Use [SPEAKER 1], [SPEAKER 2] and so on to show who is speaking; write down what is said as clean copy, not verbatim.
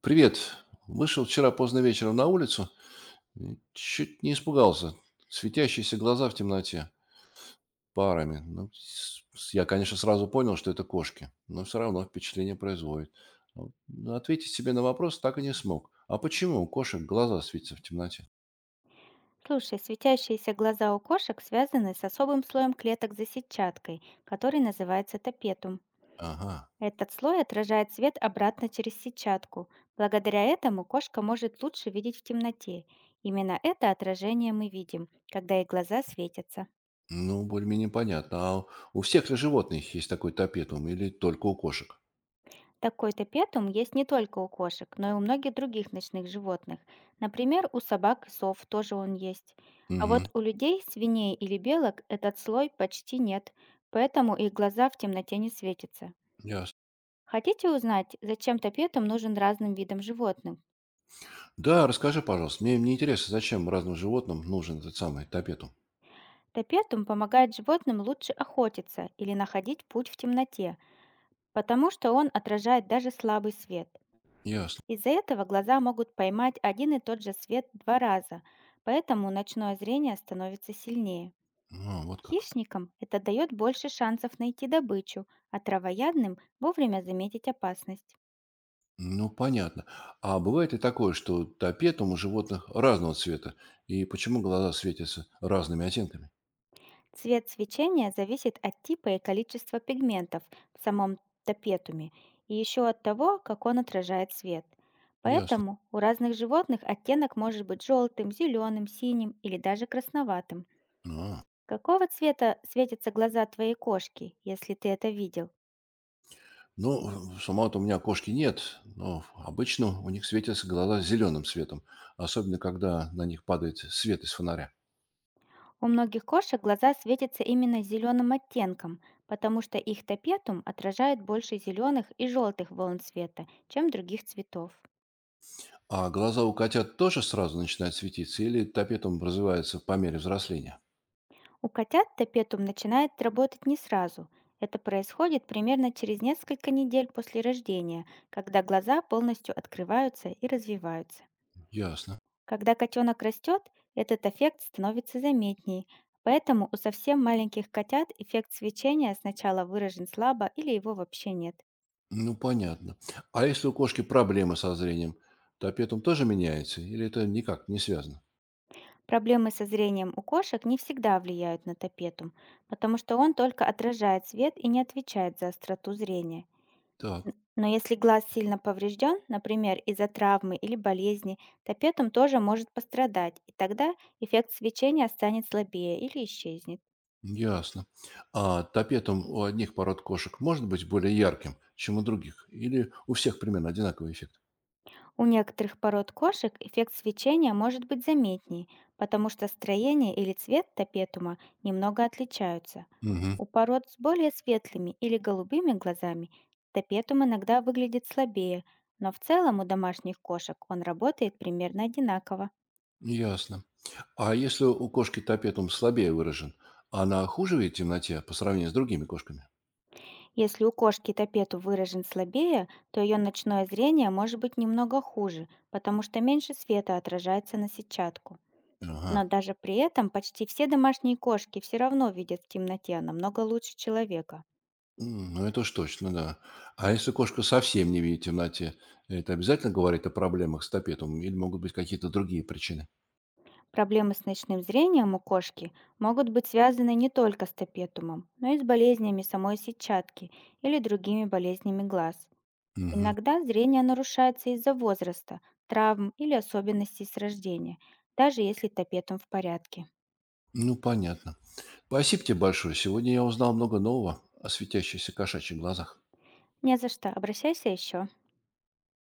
[SPEAKER 1] Привет. Вышел вчера поздно вечером на улицу, и чуть не испугался. Светящиеся глаза в темноте парами. Ну, я, конечно, сразу понял, что это кошки, но все равно впечатление производит. Ну, ответить себе на вопрос так и не смог. А почему у кошек глаза светятся в темноте?
[SPEAKER 2] Слушай, светящиеся глаза у кошек связаны с особым слоем клеток за сетчаткой, который называется топетум.
[SPEAKER 1] Ага,
[SPEAKER 2] Этот слой отражает свет обратно через сетчатку. Благодаря этому кошка может лучше видеть в темноте. Именно это отражение мы видим, когда их глаза светятся.
[SPEAKER 1] ну, более-менее понятно. А у всех ли животных есть такой топетум или только у кошек?
[SPEAKER 2] Такой топетум есть не только у кошек, но и у многих других ночных животных. Например, у собак и сов тоже он есть. А вот
[SPEAKER 1] Угу,
[SPEAKER 2] у людей, свиней или белок этот слой почти нет, поэтому их глаза в темноте не светятся.
[SPEAKER 1] ясно.
[SPEAKER 2] Хотите узнать, зачем топетум нужен разным видам животных?
[SPEAKER 1] Да, расскажи, пожалуйста. Мне интересно, зачем разным животным нужен этот самый топетум?
[SPEAKER 2] Топетум помогает животным лучше охотиться или находить путь в темноте, потому что он отражает даже слабый свет.
[SPEAKER 1] Ясно.
[SPEAKER 2] Из-за этого глаза могут поймать один и тот же свет два раза, поэтому ночное зрение становится сильнее.
[SPEAKER 1] А, вот как.
[SPEAKER 2] Хищникам это дает больше шансов найти добычу, а травоядным– вовремя заметить опасность.
[SPEAKER 1] Ну, понятно. А бывает и такое, что топетум у животных разного цвета. И почему глаза светятся разными оттенками?
[SPEAKER 2] Цвет свечения зависит от типа и количества пигментов в самом топетуме и еще от того, как он отражает свет.
[SPEAKER 1] Ясно.
[SPEAKER 2] Поэтому у разных животных оттенок может быть желтым, зеленым, синим или даже красноватым.
[SPEAKER 1] А,
[SPEAKER 2] Какого цвета светятся глаза твоей кошки, если ты это видел?
[SPEAKER 1] ну, самого-то у меня кошки нет, но обычно у них светятся глаза зеленым цветом, особенно когда на них падает свет из фонаря.
[SPEAKER 2] У многих кошек глаза светятся именно зеленым оттенком, потому что их топетум отражает больше зеленых и желтых волн света, чем других цветов.
[SPEAKER 1] А глаза у котят тоже сразу начинают светиться или топетум развивается по мере взросления?
[SPEAKER 2] У котят топетум начинает работать не сразу. Это происходит примерно через несколько недель после рождения, когда глаза полностью открываются и развиваются.
[SPEAKER 1] Ясно.
[SPEAKER 2] Когда котенок растет, этот эффект становится заметней, поэтому у совсем маленьких котят эффект свечения сначала выражен слабо или его вообще нет.
[SPEAKER 1] Ну, понятно. А если у кошки проблемы со зрением, топетум тоже меняется? Или это никак не связано?
[SPEAKER 2] Проблемы со зрением у кошек не всегда влияют на топетум, потому что он только отражает свет и не отвечает за остроту зрения.
[SPEAKER 1] Так,
[SPEAKER 2] Но если глаз сильно поврежден, например, из-за травмы или болезни, топетум тоже может пострадать, и тогда эффект свечения станет слабее или исчезнет.
[SPEAKER 1] ясно. А топетом у одних пород кошек может быть более ярким, чем у других? Или у всех примерно одинаковый эффект?
[SPEAKER 2] У некоторых пород кошек эффект свечения может быть заметней, потому что строение или цвет топетума немного отличаются.
[SPEAKER 1] Угу,
[SPEAKER 2] У пород с более светлыми или голубыми глазами топетум иногда выглядит слабее, но в целом у домашних кошек он работает примерно одинаково.
[SPEAKER 1] ясно. А если у кошки топетум слабее выражен, она хуже видит в темноте по сравнению с другими кошками?
[SPEAKER 2] Если у кошки топету выражен слабее, то ее ночное зрение может быть немного хуже, потому что меньше света отражается на сетчатку.
[SPEAKER 1] Ага.
[SPEAKER 2] Но даже при этом почти все домашние кошки все равно видят в темноте намного лучше человека.
[SPEAKER 1] М, ну это уж точно, да. А если кошка совсем не видит в темноте, это обязательно говорит о проблемах с топетом или могут быть какие-то другие причины?
[SPEAKER 2] Проблемы с ночным зрением у кошки могут быть связаны не только с топетумом, но и с болезнями самой сетчатки или другими болезнями глаз.
[SPEAKER 1] Мгм.
[SPEAKER 2] Иногда зрение нарушается из-за возраста, травм или особенностей с рождения, даже если топетум в порядке.
[SPEAKER 1] Ну, понятно. Спасибо тебе большое. Сегодня я узнал много нового о светящихся кошачьих глазах.
[SPEAKER 2] Не за что, обращайся еще.